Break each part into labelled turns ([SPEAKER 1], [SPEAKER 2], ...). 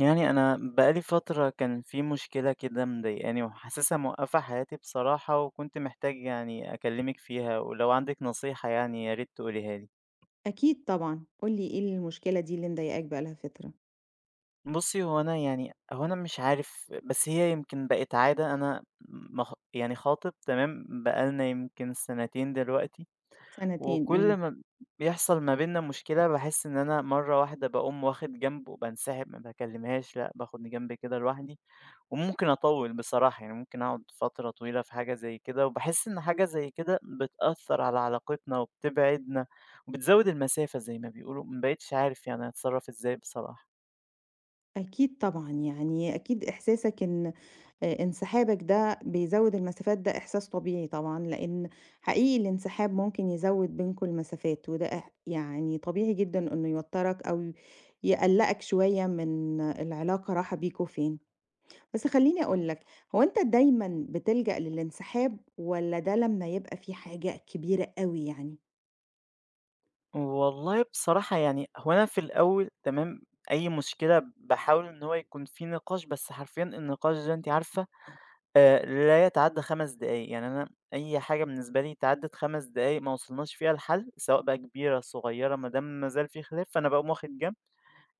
[SPEAKER 1] يعني أنا بقى لي فترة كان في مشكلة كده مضايقاني وحاسسها موقّفة حياتي بصراحة، وكنت محتاج يعني أكلّمِك فيها، ولو عندِك نصيحة يعني يا ريت تقوليها لي.
[SPEAKER 2] أكيد طبعًا، قُل لي إيه المشكلة دي اللي مضايقاك بقى لها فترة؟
[SPEAKER 1] بُصّي، هو أنا مش عارف، بس هي يمكن بقت عادة. أنا يعني خاطب، تمام؟ بقى لنا يمكن سنتين دلوقتي،
[SPEAKER 2] سنتين.
[SPEAKER 1] وكل
[SPEAKER 2] إمم.
[SPEAKER 1] ما بيحصل ما بيننا مشكلة باحس إن أنا مرّة واحدة باقوم واخد جنب وبانسحب، ما باكلمهاش، لأ باخد جنب كده لوحدي. وممكن أطوّل بصراحة، يعني ممكن أقعد فترة طويلة في حاجة زي كده، وباحس إن حاجة زي كده بتأثّر على علاقتنا وبتبعدنا، وبتزوّد المسافة زي ما بيقولوا، ما بقيتش عارف يعني أتصرّف إزاي بصراحة.
[SPEAKER 2] أكيد طبعًا، يعني أكيد إحساسك إن انسحابك ده بيزوّد المسافات ده إحساس طبيعي طبعًا، لإن حقيقي الانسحاب ممكن يزوّد بينكم المسافات، وده يعني طبيعي جدًا إنه يوتّرك أو يقلّقك شوية من العلاقة رايحة بيكم فين. بس خلّيني أقول لك، هو أنت دايمًا بتلجأ للانسحاب والّا ده لمّا يبقى في حاجة كبيرة أوي يعني؟
[SPEAKER 1] والله بصراحة يعني هو أنا في الأول تمام، أي مشكلة باحاول إن هو يكون في نقاش، بس حرفيًا النقاش ده أنتِ عارفة لا يتعدّى 5 دقايق. يعني أنا أي حاجة بالنسبة لي تعدِّت 5 دقايق ما وصلناش فيها لحل، سواء بقى كبيرة، صغيرة، ما دام ما زال في خلاف فأنا باقوم واخد جنب.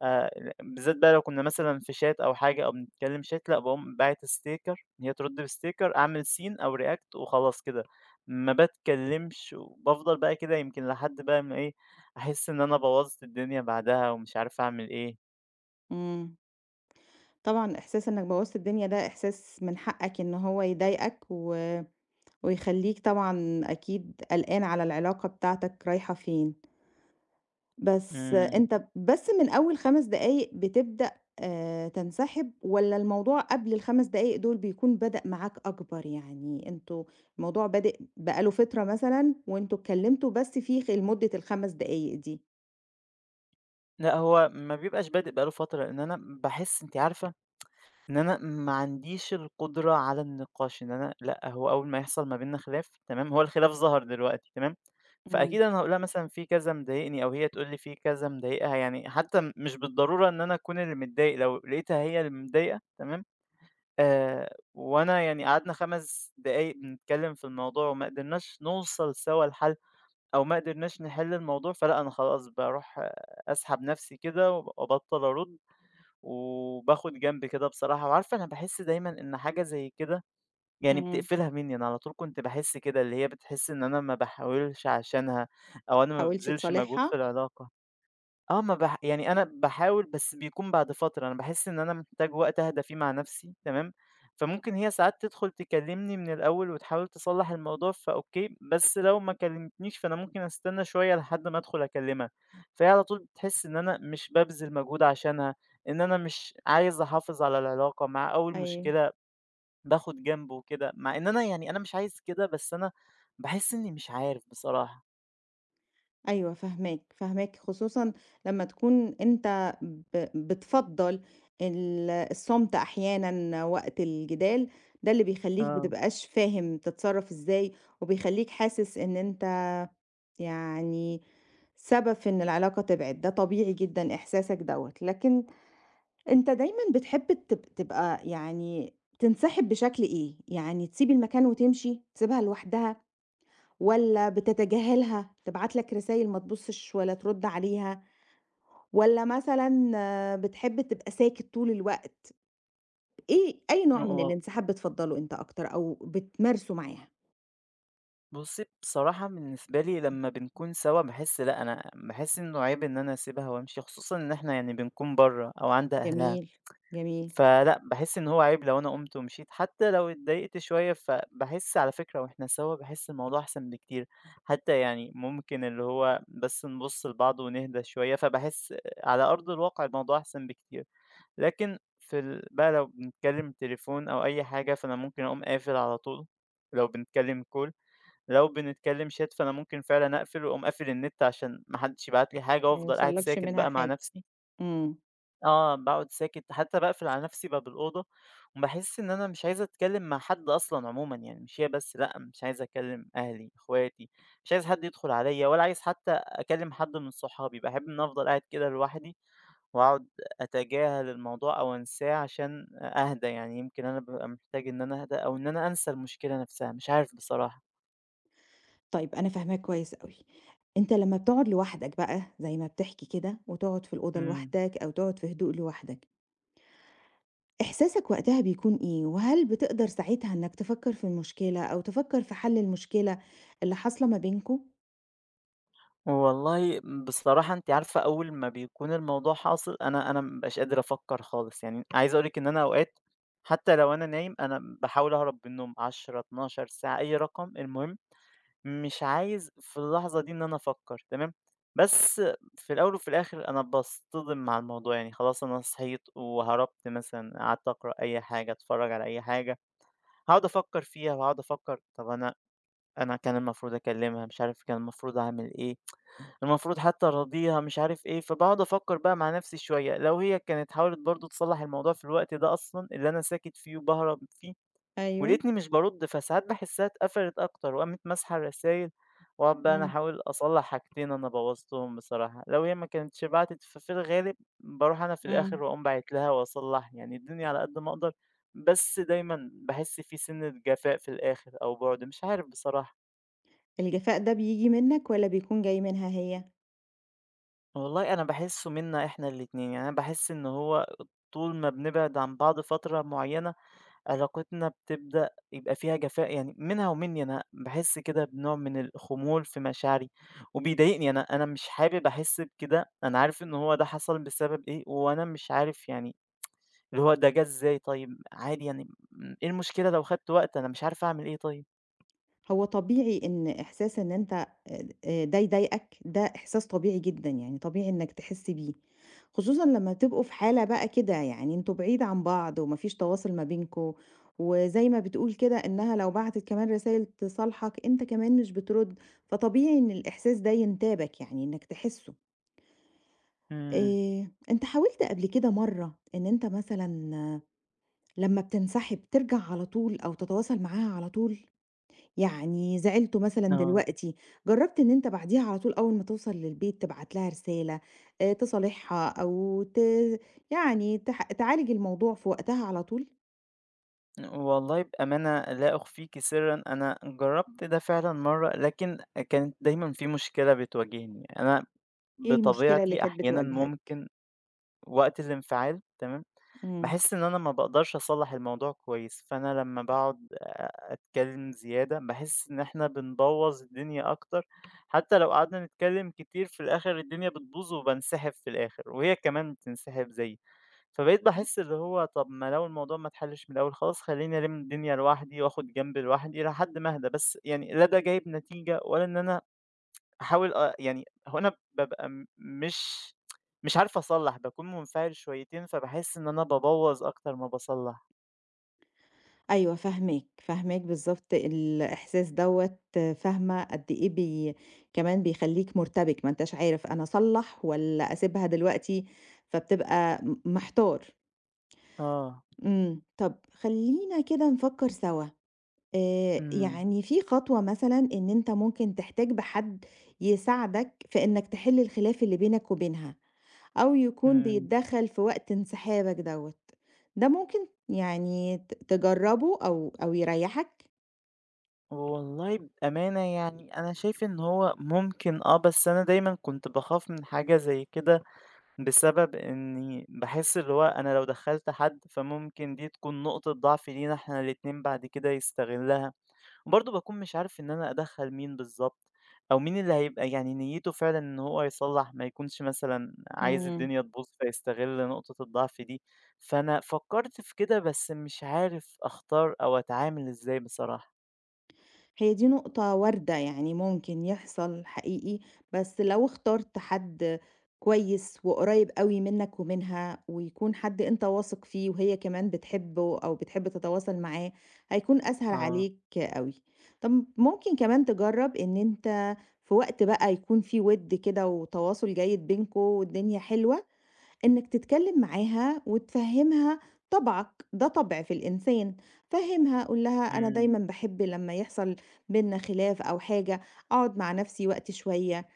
[SPEAKER 1] آآ بالذات بقى لو كنا مثلًا في chat أو حاجة أو بنتكلم chat، لأ باقوم باعت sticker، إن هي ترد بsticker أعمل scene أو react وخلاص كده، ما باتكلمش وبافضل بقى كده يمكن لحد بقى ما إيه، أحس إن أنا بوّظت الدنيا بعدها ومش عارف أعمل إيه.
[SPEAKER 2] إمم. طبعًا إحساس إنك بوّظت الدنيا ده إحساس من حقك إن هو يضايقك و ويخلّيك طبعًا أكيد قلقان على العلاقة بتاعتك رايحة فين، بس
[SPEAKER 1] إمم.
[SPEAKER 2] أنت بس من أول 5 دقايق بتبدأ تنسحب والّا الموضوع قبل ال5 دقايق دول بيكون بدأ معاك أكبر؟ يعني أنتم الموضوع بادئ بقى له فترة مثلًا وأنتم اتكلمتوا بس في لمدة ال5 دقايق دي؟
[SPEAKER 1] لأ، هو ما بيبقاش بادئ بقى له فترة، لإن أنا باحس أنتِ عارفة إن أنا ما عنديش القدرة على النقاش، إن أنا لأ، هو أول ما يحصل ما بيننا خلاف تمام، هو الخلاف ظهر دلوقتي تمام،
[SPEAKER 2] إمم،
[SPEAKER 1] فأكيد أنا هاقول لها مثلًا في كذا مضايقني أو هي تقول لي في كذا مضايقها، يعني حتى مش بالضرورة إن أنا أكون اللي متضايق، لو لقيتها هي اللي متضايقة تمام، وأنا يعني قعدنا 5 دقايق بنتكلم في الموضوع وما قدرناش نوصل سوا لحل، أو ما قدرناش نحل الموضوع، فلأ، أنا خلاص باروح أسحب نفسي كده وأبطّل أرُد. وباخد جنب كده بصراحة، وعارفة أنا باحس دايمًا إن حاجة زي كده يعني
[SPEAKER 2] إمم،
[SPEAKER 1] بتقفلها منّي، أنا على طول كنت باحس كده، اللي هي بتحس إن أنا ما باحاولش عشانها أو أنا ما
[SPEAKER 2] حاولتش
[SPEAKER 1] بابذلش مجهود في
[SPEAKER 2] تصالحها؟
[SPEAKER 1] العلاقة. آه، ما باح يعني أنا باحاول بس بيكون بعد فترة، أنا باحس إن أنا محتاج وقت أهدى فيه مع نفسي تمام، فممكن هي ساعات تدخل تكلمني من الأول وتحاول تصلّح الموضوع فأوكي، بس لو ما كلمتنيش فأنا ممكن أستنى شوية لحد ما أدخل أكلمها، فهي على طول بتحس إن أنا مش بابذل مجهود عشانها، إن أنا مش عايز أحافظ على العلاقة، مع أول
[SPEAKER 2] أيوه.
[SPEAKER 1] مشكلة باخد جنب وكده، مع إن أنا يعني أنا مش عايز كده، بس أنا باحس إني مش عارف بصراحة.
[SPEAKER 2] أيوه فاهماك، فاهماك خصوصًا لمّا تكون أنت بتفضّل الصمت أحيانًا وقت الجدال، ده اللي بيخلّيك ما
[SPEAKER 1] آه.
[SPEAKER 2] تبقاش فاهم تتصرّف إزاي، وبيخلّيك حاسس إن أنت يعني سبب في إن العلاقة تبعد، ده طبيعي جدًا إحساسك دوّة، لكن أنت دايمًا بتحب تبقى يعني تنسحب بشكل إيه؟ يعني تسيب المكان وتمشي، تسيبها لوحدها والّا بتتجاهلها، تبعت لك رسايل ما تبُصّش ولا ترُد عليها؟ والّا مثلًا آه، بتحب تبقى ساكت طول الوقت؟ إيه أي نوع من
[SPEAKER 1] و
[SPEAKER 2] الانسحاب بتفضّله أنت أكتر أو بتمارسه معاها؟
[SPEAKER 1] بُصّي، بصراحة بالنسبة لي لمّا بنكون سوا باحس لأ، أنا باحس إنه عيب إن أنا أسيبها وأمشي، خصوصًا إن إحنا يعني بنكون برّه أو عند أهلها،
[SPEAKER 2] جميل، جميل.
[SPEAKER 1] فلأ، باحس إن هو عيب لو أنا قُمت ومشيت، حتى لو اتضايقت شوية فباحس على فكرة وإحنا سوا باحس الموضوع أحسن بكتير، حتى يعني ممكن اللي هو بس نبُص لبعض ونهدى شوية، فباحس على أرض الواقع الموضوع أحسن بكتير. لكن في بقى لو بنتكلم تليفون أو أي حاجة، فأنا ممكن أقوم قافل على طول. لو بنتكلم call، لو بنتكلم chat، فأنا ممكن فعلًا أقفل وأقوم قافل النت عشان ما حدش يبعت لي حاجة
[SPEAKER 2] ما
[SPEAKER 1] وأفضل قاعد
[SPEAKER 2] يوصلكش
[SPEAKER 1] ساكت
[SPEAKER 2] منها
[SPEAKER 1] بقى مع
[SPEAKER 2] حاجة،
[SPEAKER 1] نفسي.
[SPEAKER 2] إمم.
[SPEAKER 1] آه، باقعد ساكت حتى باقفل على نفسي باب الأوضة، وباحس إن أنا مش عايز أتكلم مع حد أصلًا عمومًا، يعني مش هي بس لأ، مش عايز أكلم أهلي، اخواتي، مش عايز حد يدخل عليَّ ولا عايز حتى أكلم حد من صحابي، باحب إن أنا أفضل قاعد كده لوحدي وأقعد أتجاهل الموضوع أو أنساه عشان أهدى، يعني يمكن أنا بابقى محتاج إن أنا أهدى أو إن أنا أنسى المشكلة نفسها، مش عارف بصراحة.
[SPEAKER 2] طيب أنا فاهماك كويس أوي، أنت لمّا بتقعد لوحدك بقى زي ما بتحكي كده وتقعد في الأوضة
[SPEAKER 1] إمم.
[SPEAKER 2] لوحدك أو تقعد في هدوء لوحدك، إحساسك وقتها بيكون إيه؟ وهل بتقدر ساعتها إنك تفكّر في المشكلة أو تفكّر في حل المشكلة اللي حاصلة ما بينكم؟
[SPEAKER 1] والله بصراحة أنتِ عارفة أول ما بيكون الموضوع حاصل أنا ما بابقاش قادر أفكّر خالص، يعني عايز أقول لِك إن أنا أوقات حتى لو أنا نايم أنا باحاول أهرب من النوم 10، 12 ساعة أي رقم المهم مش عايز في اللحظة دي إن أنا أفكّر تمام، بس في الأول وفي الآخر أنا باصطدم مع الموضوع، يعني خلاص أنا صحيت وهربت مثلًا قعدت أقرا أي حاجة، أتفرّج على أي حاجة، هاقعد أفكّر فيها وهاقعد أفكّر طَب أنا كان المفروض أكلمها، مش عارف كان المفروض أعمل إيه. المفروض حتى أراضيها مش عارف إيه، فباقعد أفكّر بقى مع نفسي شوية، لو هي كانت حاولت برضه تصلّح الموضوع في الوقت ده أصلًا اللي أنا ساكت فيه وباهرب فيه
[SPEAKER 2] أيوه،
[SPEAKER 1] ولقيتني مش بارُد، فساعات باحسّها اتقفلت أكتر وقامت ماسحة الرسايل، وأقعد بقى أنا
[SPEAKER 2] إمم،
[SPEAKER 1] أحاول أصلّح حاجتين أنا بوّظتهم بصراحة، لو هي ما كانتش بعتت ففي الغالب باروح أنا في الآخر
[SPEAKER 2] إمم.
[SPEAKER 1] وأقوم باعت لها وأصلّح يعني الدنيا على قد ما أقدر. بس دايمًا باحس في سِنّة جفاء في الآخر أو بُعد، مش عارف بصراحة.
[SPEAKER 2] الجفاء ده بييجي منك والّا بيكون جاي منها هي؟
[SPEAKER 1] والله أنا باحسّه مِنّا إحنا الاتنين، يعني أنا باحس إن هو طول ما بنبعد عن بعض فترة معيّنة، علاقتنا بتبدأ يبقى فيها جفاء يعني منها ومنّي أنا، باحس كده بنوع من الخمول في مشاعري، وبيضايقني، أنا مش حابب أحس بكده، أنا عارف إن هو ده حصل بسبب إيه، وأنا مش عارف يعني اللي هو ده جه إزاي طيب، عادي يعني إيه المشكلة لو خدت وقت، أنا مش عارف أعمل إيه طيب.
[SPEAKER 2] هو طبيعي إن إحساس إن أنت ده يضايقك، ده إحساس طبيعي جدًا، يعني طبيعي إنك تحس بيه، خصوصًا لمّا تبقوا في حالة بقى كده يعني أنتم بعيد عن بعض وما فيش تواصل ما بينكم، وزي ما بتقول كده إنها لو بعتت كمان رسايل تصالحك أنت كمان مش بترد، فطبيعي إن الإحساس ده ينتابك يعني إنك تحسه.
[SPEAKER 1] إمم،
[SPEAKER 2] أنت حاولت قبل كده مرّة إن أنت مثلًا لمّا بتنسحب ترجع على طول أو تتواصل معاها على طول؟ يعني زعلتوا مثلًا
[SPEAKER 1] آه.
[SPEAKER 2] دلوقتي، جرّبت إن أنت بعديها على طول أول ما توصل للبيت تبعت لها رسالة، تصالحها أو يعني تعالج الموضوع في وقتها على طول؟
[SPEAKER 1] والله بأمانة لا أخفيكِ سرًا، أنا جرّبت ده فعلًا مرّة، لكن كانت دايمًا في مشكلة بتواجهني، أنا
[SPEAKER 2] إيه المشكلة اللي
[SPEAKER 1] بطبيعتي
[SPEAKER 2] كانت
[SPEAKER 1] أحيانًا
[SPEAKER 2] بتواجهك؟
[SPEAKER 1] ممكن وقت الانفعال تمام،
[SPEAKER 2] إمم.
[SPEAKER 1] باحس إن أنا ما باقدرش أصلّح الموضوع كويس، فأنا لمّا باقعد أتكلّم زيادة باحس إن إحنا بنبوّظ الدنيا أكتر، حتى لو قعدنا نتكلّم كتير في الآخر الدنيا بتبوظ وبانسحب في الآخر، وهي كمان بتنسحب زيي. فبقيت
[SPEAKER 2] إمم.
[SPEAKER 1] باحس اللي هو طب ما لو الموضوع ما اتحلش من الأول خلاص خلّيني ألِم الدنيا لوحدي وآخد جنب لوحدي لحد ما أهدى، بس يعني لا ده جايب نتيجة ولا إن أنا أحاول يعني هو أنا بابقى مش عارف أصلّح، باكون منفعل شويتين فباحس إن أنا بابوّظ أكتر ما باصلّح.
[SPEAKER 2] أيوه فاهماك، فاهماك بالضبط الإحساس دوّة، فاهمة قد إيه كمان بيخلّيك مُرتبك، ما أنتاش عارف أنا أصلّح والّا أسيبها دلوقتي، فبتبقى محتار.
[SPEAKER 1] آه،
[SPEAKER 2] إمم. طب خلّينا كده نفكّر سوا،
[SPEAKER 1] إمم،
[SPEAKER 2] يعني في خطوة مثلًا إن أنت ممكن تحتاج بحد يساعدك في إنك تحل الخلاف اللي بينك وبينها، أو يكون
[SPEAKER 1] إمم.
[SPEAKER 2] بيتدخّل في وقت انسحابك دوّة، ده ممكن يعني تجرّبه أو يريّحك؟
[SPEAKER 1] والله بأمانة يعني أنا شايف إن هو ممكن آه، بس أنا دايمًا كنت باخاف من حاجة زي كده بسبب إني باحس اللي هو أنا لو دخّلت حد فممكن دي تكون نقطة ضعف لينا إحنا الاتنين بعد كده يستغلها، وبرضه باكون مش عارف إن أنا أدخّل مين بالضبط، أو مين اللي هيبقى يعني نيّته فعلًا إن هو يصلّح، ما يكونش مثلًا عايز
[SPEAKER 2] إمم.
[SPEAKER 1] الدنيا تبوظ فيستغل نقطة الضعف دي، فأنا فكّرت في كده بس مش عارف أختار أو أتعامل إزاي بصراحة.
[SPEAKER 2] هي دي نقطة واردة يعني ممكن يحصل حقيقي، بس لو اخترت حد كويس وقريب أوي منك ومنها، ويكون حد أنت واثق فيه وهي كمان بتحبه أو بتحب تتواصل معاه، هيكون أسهل
[SPEAKER 1] آه،
[SPEAKER 2] عليك أوي. طب ممكن كمان تجرب إن أنت في وقت بقى يكون فيه وِد كده وتواصل جيد بينكم والدنيا حلوة، إنك تتكلم معاها وتفهمها طبعك ده طبع في الإنسان، فهمها، قول لها أنا
[SPEAKER 1] إمم،
[SPEAKER 2] دايما بحب لما يحصل بينا خلاف أو حاجة أقعد مع نفسي وقت شوية.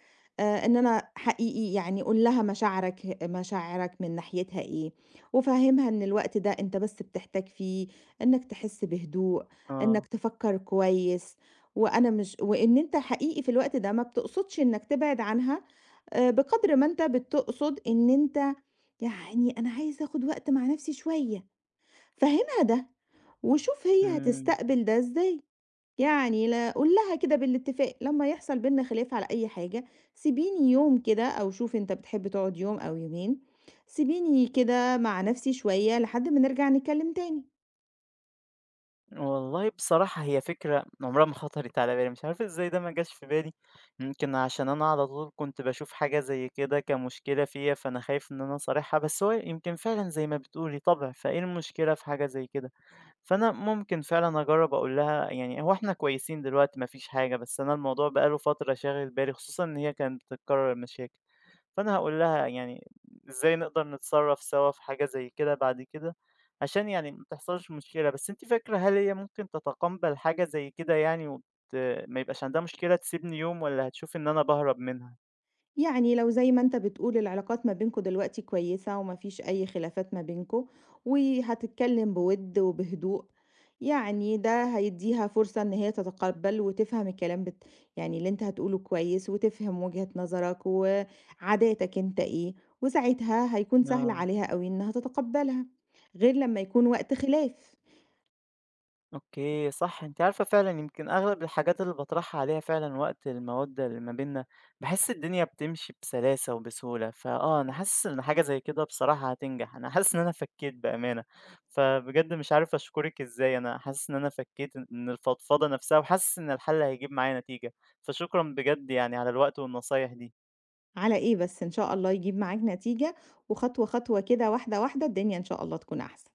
[SPEAKER 2] آه، إن أنا حقيقي يعني قول لها مشاعرك من ناحيتها إيه، وفهمها إن الوقت ده أنت بس بتحتاج فيه إنك تحس بهدوء،
[SPEAKER 1] آه،
[SPEAKER 2] إنك تفكر كويس، وأنا مش وإن أنت حقيقي في الوقت ده ما بتقصدش إنك تبعد عنها بقدر ما أنت بتقصد إن أنت يعني أنا عايز آخد وقت مع نفسي شوية، فهّمها ده، وشوف هي
[SPEAKER 1] إمم.
[SPEAKER 2] هتستقبل ده إزاي، يعني لا قُل لها كده بالاتفاق لمّا يحصل بيننا خلاف على أي حاجة، سيبيني يوم كده، أو شوف أنت بتحب تقعد يوم أو يومين، سيبيني كده مع نفسي شوية لحد ما نرجع نتكلم تاني.
[SPEAKER 1] والله بصراحة هي فكرة عمرها ما خطرت على بالي، مش عارف ازاي ده ما جاش في بالي. يمكن عشان انا على طول كنت بشوف حاجة زي كده كمشكلة فيا، فانا خايف ان انا اصارحها، بس هو يمكن فعلا زي ما بتقولي طبع، فايه المشكلة في حاجة زي كده. فانا ممكن فعلا اجرب اقول لها، يعني هو احنا كويسين دلوقتي ما فيش حاجة، بس انا الموضوع بقاله فترة شاغل بالي، خصوصا ان هي كانت بتتكرر المشاكل. فأنا هاقول لها يعني إزاي نقدر نتصرّف سوا في حاجة زي كده بعد كده، عشان يعني ما تحصلش مشكلة. بس أنتِ فاكرة هل هي ممكن تتقبّل حاجة زي كده يعني ما يبقاش عندها مشكلة تسيبني يوم، والّا هتشوف إن أنا باهرب منها؟
[SPEAKER 2] يعني لو زي ما أنت بتقول العلاقات ما بينكم دلوقتي كويسة وما فيش أي خلافات ما بينكم، وهتتكلم بود وبهدوء، يعني ده هيدّيها فرصة إن هي تتقبّل وتفهم الكلام يعني اللي أنت هتقوله كويس وتفهم وجهة نظرك وعاداتك أنت إيه، وساعتها هيكون سهل
[SPEAKER 1] آه.
[SPEAKER 2] عليها أوي إنها تتقبّلها، غير لمّا يكون وقت خلاف.
[SPEAKER 1] اوكي، صح، انت عارفة فعلا يمكن اغلب الحاجات اللي بطرحها عليها فعلا وقت المودة اللي ما بينا بحس الدنيا بتمشي بسلاسة وبسهولة، فاه انا حاسس ان حاجة زي كده بصراحة هتنجح. انا حاسس ان انا فكيت بأمانة، فبجد مش عارف اشكرك ازاي، انا حاسس ان انا فكيت من الفضفضة نفسها وحاسس ان الحل هيجيب معايا نتيجة. فشكرا بجد يعني على الوقت والنصايح دي.
[SPEAKER 2] على إيه بس؟ إن شاء الله يجيب معاك نتيجة، وخطوة، خطوة كده، واحدة، واحدة، الدنيا إن شاء الله تكون أحسن.